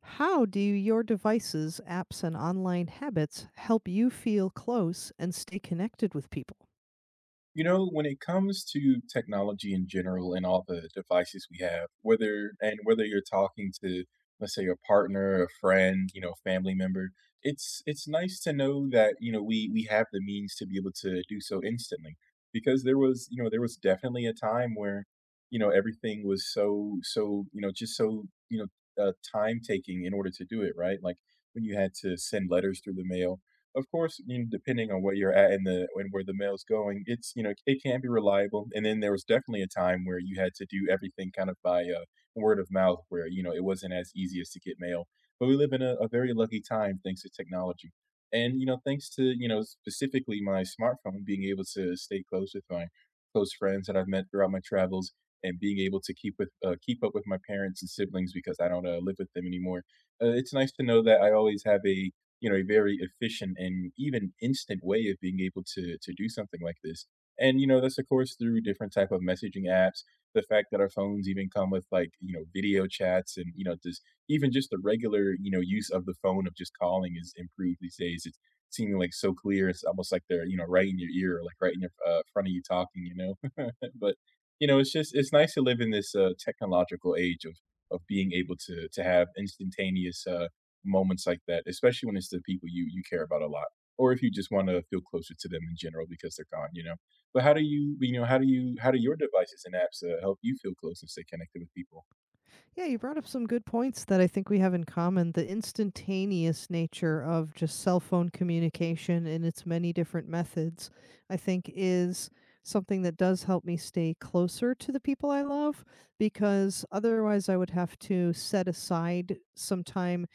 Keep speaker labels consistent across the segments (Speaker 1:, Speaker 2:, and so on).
Speaker 1: How do your devices, apps, and online habits help you feel close and stay connected with people?
Speaker 2: When it comes to technology in general and all the devices we have, whether you're talking to, let's say, a partner, a friend, family member, it's nice to know that, we have the means to be able to do so instantly. Because there was definitely a time where, everything was so so, you know, just so, you know, time taking in order to do it, right? Like when you had to send letters through the mail of course, you know, depending on where you're at and the and where the mail's going, it can be reliable. And then there was definitely a time where you had to do everything kind of by word of mouth, where you know it wasn't as easy as to get mail. But we live in a very lucky time thanks to technology, and thanks to specifically my smartphone being able to stay close with my close friends that I've met throughout my travels, and being able to keep with keep up with my parents and siblings because I don't live with them anymore, it's nice to know that I always have a very efficient and even instant way of being able to do something like this. And you know, that's of course through different type of messaging apps. The fact that our phones even come with like you know video chats and you know just even just the regular you know use of the phone of just calling is improved these days. It's seeming like so clear. It's almost like they're you know right in your ear, or like right in your front of you talking. But, it's just it's nice to live in this, technological age of being able to have instantaneous, moments like that, especially when it's the people you care about a lot, or if you just wanna feel closer to them in general because they're gone, you know? But how do your devices and apps, help you feel close and stay connected with people?
Speaker 1: Yeah, you brought up some good points that I think we have in common. The instantaneous nature of just cell phone communication and its many different methods, I think, is something that does help me stay closer to the people I love because otherwise I would have to set aside some time.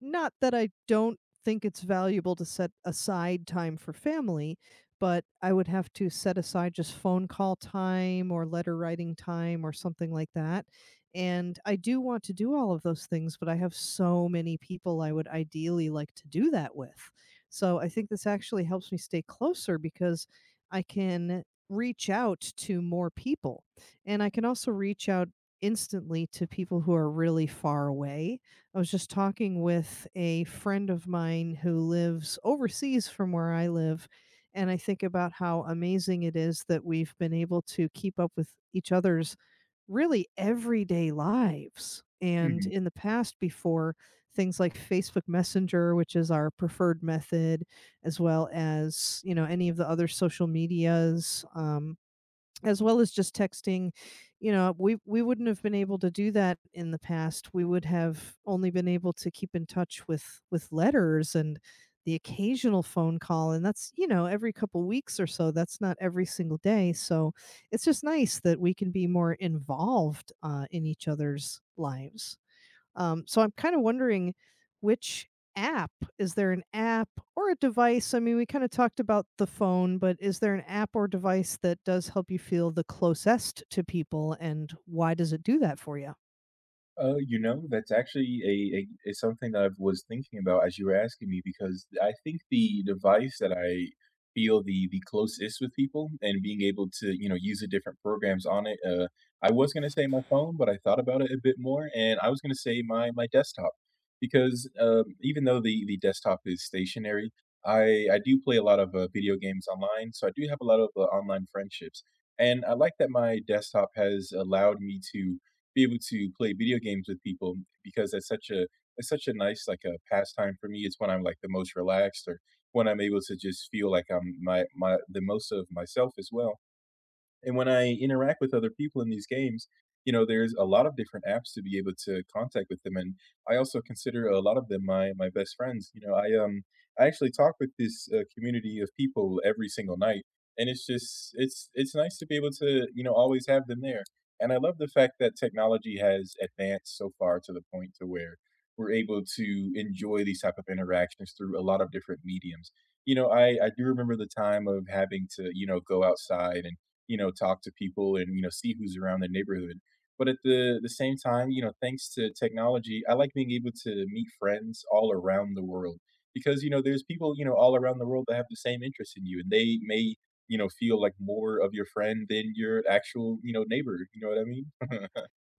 Speaker 1: Not that I don't think it's valuable to set aside time for family, but I would have to set aside just phone call time or letter writing time or something like that, and I do want to do all of those things, but I have so many people I would ideally like to do that with. So I think this actually helps me stay closer because I can reach out to more people. And I can also reach out instantly to people who are really far away. I was just talking with a friend of mine who lives overseas from where I live. And I think about how amazing it is that we've been able to keep up with each other's really everyday lives. And in the past, before things like Facebook Messenger, which is our preferred method, as well as, any of the other social medias, as well as just texting, we wouldn't have been able to do that in the past. We would have only been able to keep in touch with letters and the occasional phone call, and that's, you know, every couple weeks or so. That's not every single day. So it's just nice that we can be more involved in each other's lives. Um, so I'm kind of wondering, which app is there an app or a device? I mean, we kind of talked about the phone, but is there an app or device that does help you feel the closest to people, and why does it do that for you?
Speaker 2: That's actually a it's something that I was thinking about as you were asking me because I think the device that I feel the closest with people and being able to you know use the different programs on it. I was gonna say my phone, but I thought about it a bit more, and I was gonna say my desktop because even though the desktop is stationary, I do play a lot of video games online, so I do have a lot of online friendships, and I like that my desktop has allowed me to be able to play video games with people because that's such a it's such a nice like a pastime for me. It's when I'm like the most relaxed or when I'm able to just feel like I'm my my the most of myself as well. And when I interact with other people in these games, you know, there's a lot of different apps to be able to contact with them, and I also consider a lot of them my best friends. I actually talk with this community of people every single night, and it's just it's nice to be able to you know always have them there. And I love the fact that technology has advanced so far to the point to where we're able to enjoy these type of interactions through a lot of different mediums. You know, I do remember the time of having to you know go outside and you know talk to people and you know see who's around the neighborhood, but at the same time you know thanks to technology I like being able to meet friends all around the world because you know there's people you know all around the world that have the same interest in you and they may you know feel like more of your friend than your actual you know neighbor, you know what I mean?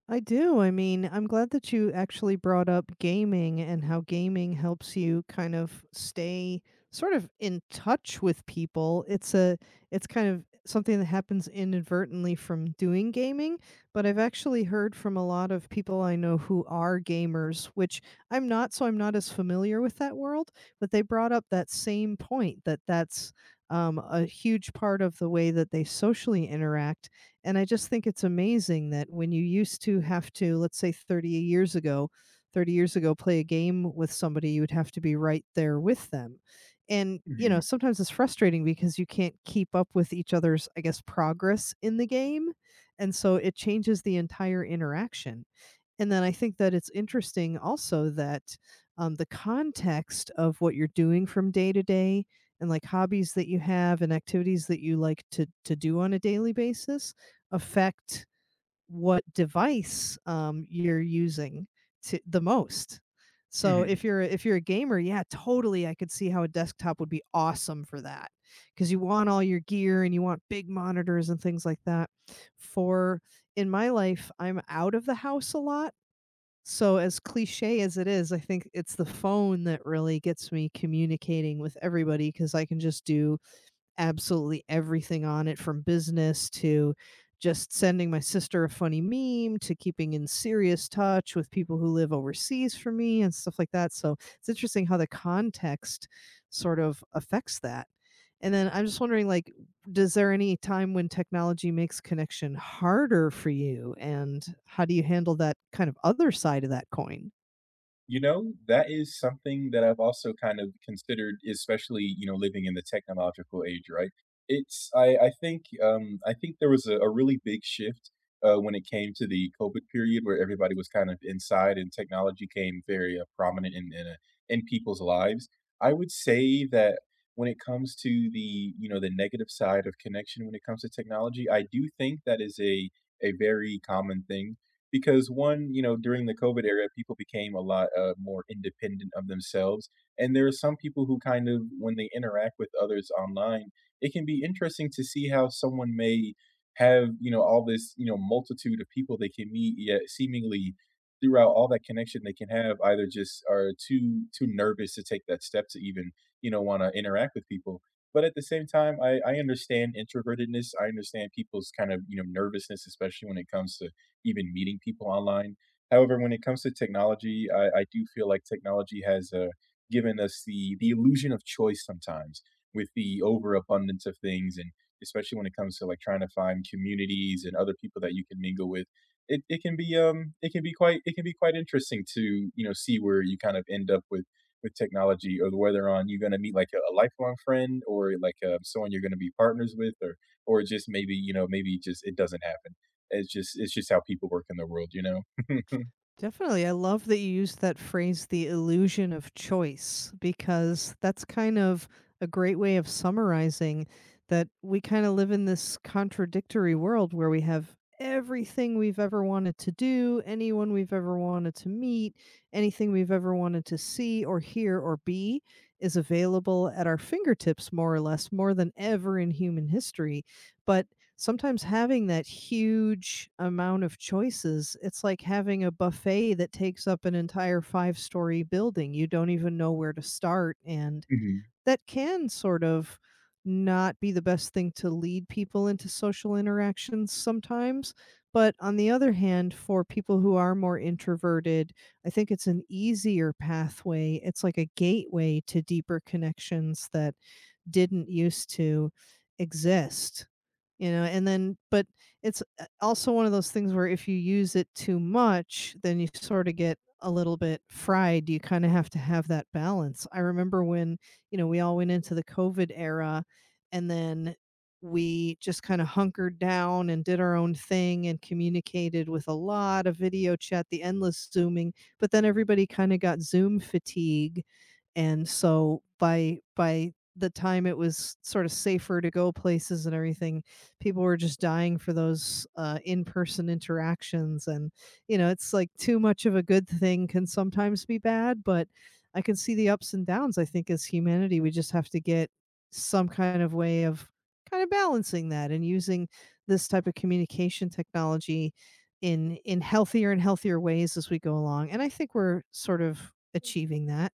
Speaker 1: I do. I mean, I'm glad that you actually brought up gaming and how gaming helps you kind of stay sort of in touch with people. It's kind of something that happens inadvertently from doing gaming, but I've actually heard from a lot of people I know who are gamers, which I'm not, so I'm not as familiar with that world, but they brought up that same point that that's, a huge part of the way that they socially interact. And I just think it's amazing that when you used to have to, let's say, 30 years ago, play a game with somebody, you would have to be right there with them. And, you know, sometimes it's frustrating because you can't keep up with each other's, I guess, progress in the game. And so it changes the entire interaction. And then I think that it's interesting also that, the context of what you're doing from day to day and like hobbies that you have and activities that you like to do on a daily basis affect what device you're using the most.
Speaker 2: Hmm.
Speaker 1: So
Speaker 2: Hmm.
Speaker 1: if you're a gamer, yeah, totally I could see how a desktop would be awesome for that because you want all your gear and you want big monitors and things like that. For In my life, I'm out of the house a lot, so as cliche as it is, I think it's the phone that really gets me communicating with everybody because I can just do absolutely everything on it, from business to just sending my sister a funny meme to keeping in serious touch with people who live overseas for me and stuff like that. So it's interesting how the context sort of affects that. And then I'm just wondering, like, does there any time when technology makes connection harder for you, and how do you handle that kind of other side of that coin?
Speaker 2: You know, that is something that I've also kind of considered, especially, you know, living in the technological age, right? It's I think, I think there was a really big shift, when it came to the COVID period where everybody was kind of inside and technology came very, prominent in in people's lives. I would say that when it comes to the, you know, the negative side of connection when it comes to technology, I do think that is a very common thing because one, you know, during the COVID era, people became a lot more independent of themselves. And there are some people who kind of, when they interact with others online, it can be interesting to see how someone may have, you know, all this, you know, multitude of people they can meet, yet seemingly throughout all that connection they can have, either just are too nervous to take that step to even, you know, want to interact with people. But at the same time, I understand introvertedness. I understand people's kind of, you know, nervousness, especially when it comes to even meeting people online. However, when it comes to technology, I do feel like technology has given us the illusion of choice sometimes with the overabundance of things, and especially when it comes to like trying to find communities and other people that you can mingle with. It can be it can be quite interesting to you know see where you kind of end up with technology or whether on you're going to meet like a lifelong friend or like someone you're going to be partners with or just maybe you know maybe just it doesn't happen, it's just how people work in the world, you know?
Speaker 1: Definitely. I love that you used that phrase, the illusion of choice, because that's kind of a great way of summarizing that we kind of live in this contradictory world where we have everything we've ever wanted to do, anyone we've ever wanted to meet, anything we've ever wanted to see or hear or be is available at our fingertips, more or less, more than ever in human history. But sometimes having that huge amount of choices, it's like having a buffet that takes up an entire five-story building. You don't even know where to start. And
Speaker 2: Mhm.
Speaker 1: that can sort of not be the best thing to lead people into social interactions sometimes. But on the other hand, for people who are more introverted, I think it's an easier pathway. It's like a gateway to deeper connections that didn't used to exist, you know, and then, but it's, also one of those things where if you use it too much, then you sorta get a little bit fried. You kinda have to have that balance. I remember when, you know, we all went into the COVID era, and then we just kinda hunkered down and did our own thing and communicated with a lot of video chat, the endless Zooming, but then everybody kinda got Zoom fatigue, and so by the time it was sorta safer to go places and everything, people were just dying for those in-person interactions. And, you know, it's like too much of a good thing can sometimes be bad, but I can see the ups and downs. I think as humanity we just have to get some kind of way of kind of balancing that and using this type of communication technology in healthier and healthier ways as we go along, and I think we're sort of achieving that.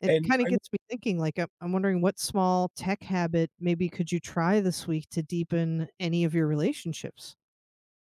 Speaker 1: It
Speaker 2: And
Speaker 1: kinda
Speaker 2: I w
Speaker 1: gets me thinking, like, I'm wondering what small tech habit maybe could you try this week to deepen any of your relationships?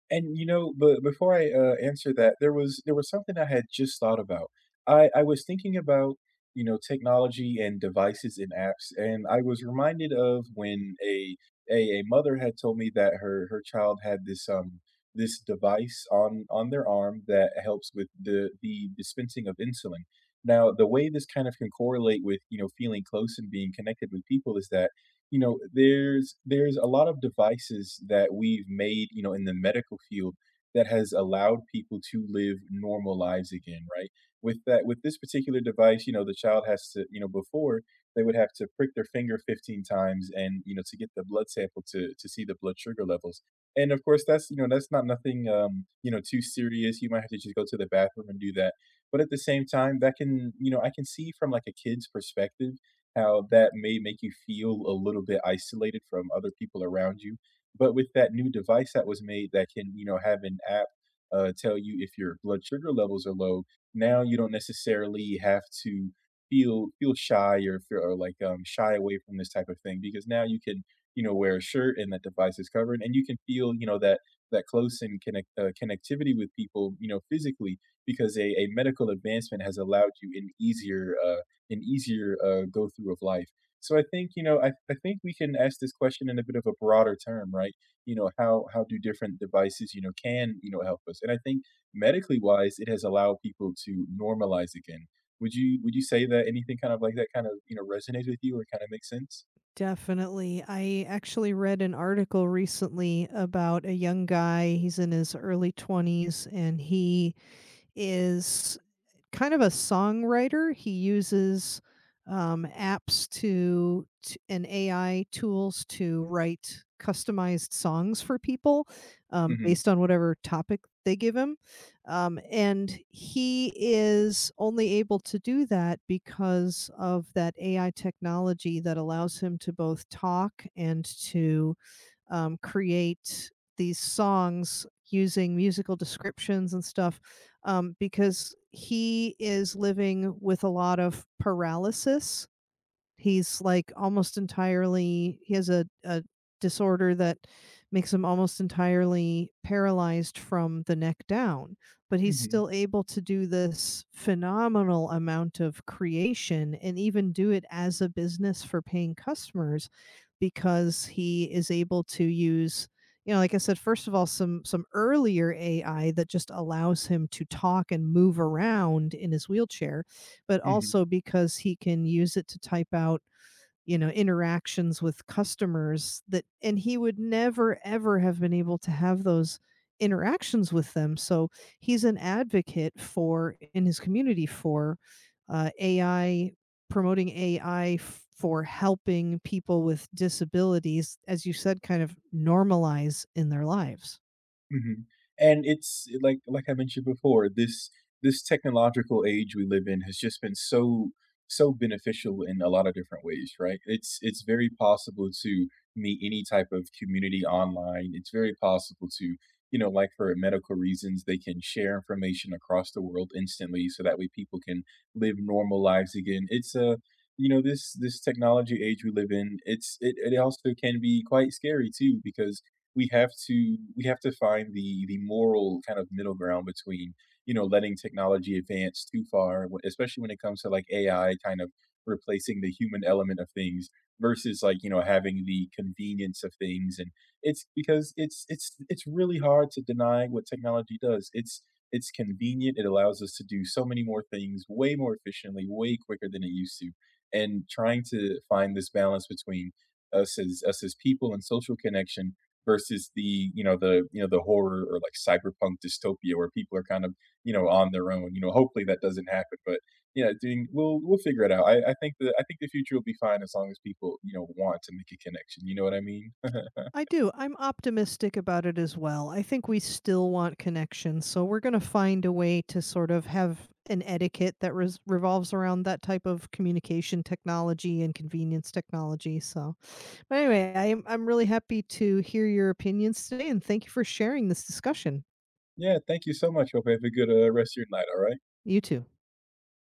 Speaker 2: and, you know, but before I, answer that, there was something I had just thought about. I was thinking about, you know, technology and devices and apps, and I was reminded of when a mother had told me that her child had this, device on their arm that helps with the dispensing of insulin. Now, the way this kind of can correlate with, you know, feeling close and being connected with people is that you know there's a lot of devices that we've made you know in the medical field that has allowed people to live normal lives again, right? with that with this particular device, you know the child has to you know before, they would have to prick their finger 15 times and you know to get the blood sample to see the blood sugar levels, and of course that's you know that's not nothing, you know too serious, you might have to just go to the bathroom and do that. But at the same time that can, you know, I can see from like a kid's perspective how that may make you feel a little bit isolated from other people around you. But with that new device that was made that can, you know, have an app tell you if your blood sugar levels are low, now you don't necessarily have to feel shy or feel or like shy away from this type of thing because now you can, you know, wear a shirt and that device is covered, and you can feel, you know, that that close and connect, connectivity with people, you know, physically, because a medical advancement has allowed you an easier go through of life. So I think you know I think we can ask this question in a bit of a broader term, right? You know how do different devices you know can you know help us? And I think medically wise, it has allowed people to normalize again. Would you say that anything kind of like that kind of you know resonates with you or kind of makes sense?
Speaker 1: Definitely. I actually read an article recently about a young guy. He's in his early 20s, and he is kind of a songwriter. He uses apps to and AI tools to write customized songs for people,
Speaker 2: Hmm.
Speaker 1: based on whatever topic they give him. And he is only able to do that because of that AI technology that allows him to both talk and to create these songs using musical descriptions and stuff, because he is living with a lot of paralysis. He's like almost entirely, he has a disorder that makes him almost entirely paralyzed from the neck down, but he's
Speaker 2: Hmm.
Speaker 1: still able to do this phenomenal amount of creation and even do it as a business for paying customers because he is able to use, you know, like I said, first of all, some earlier AI that just allows him to talk and move around in his wheelchair, but
Speaker 2: Hmm.
Speaker 1: also because he can use it to type out, you know, interactions with customers, that, and he would never ever have been able to have those interactions with them. So he's an advocate for, in his community, for AI, promoting AI for helping people with disabilities, as you said, kind of normalize in their lives.
Speaker 2: Mhm, and it's like I mentioned before, this technological age we live in has just been so beneficial in a lot of different ways, right? It's very possible to meet any type of community online. It's very possible to, you know, like for medical reasons, they can share information across the world instantly so that way people can live normal lives again. It's a you know, this technology age we live in, it also can be quite scary too because we have to find the moral kind of middle ground between you know letting technology advance too far, especially when it comes to like AI kind of replacing the human element of things versus like you know having the convenience of things, and it's because it's really hard to deny what technology does. It's convenient, it allows us to do so many more things way more efficiently, way quicker than it used to, and trying to find this balance between us as people and social connection versus the you know the you know the horror or like cyberpunk dystopia where people are kind of you know on their own, you know, hopefully that doesn't happen. But yeah, doing we'll figure it out. I think the future will be fine as long as people you know want to make a connection, you know what I mean?
Speaker 1: I do. I'm optimistic about it as well. I think we still want connection, so we're going to find a way to sort of have an etiquette that revolves around that type of communication technology and convenience technology. So, but anyway, I'm really happy to hear your opinions today, and thank you for sharing this discussion.
Speaker 2: Yeah, thank you so much, hope you have a good, rest of your night, all right?
Speaker 1: You too.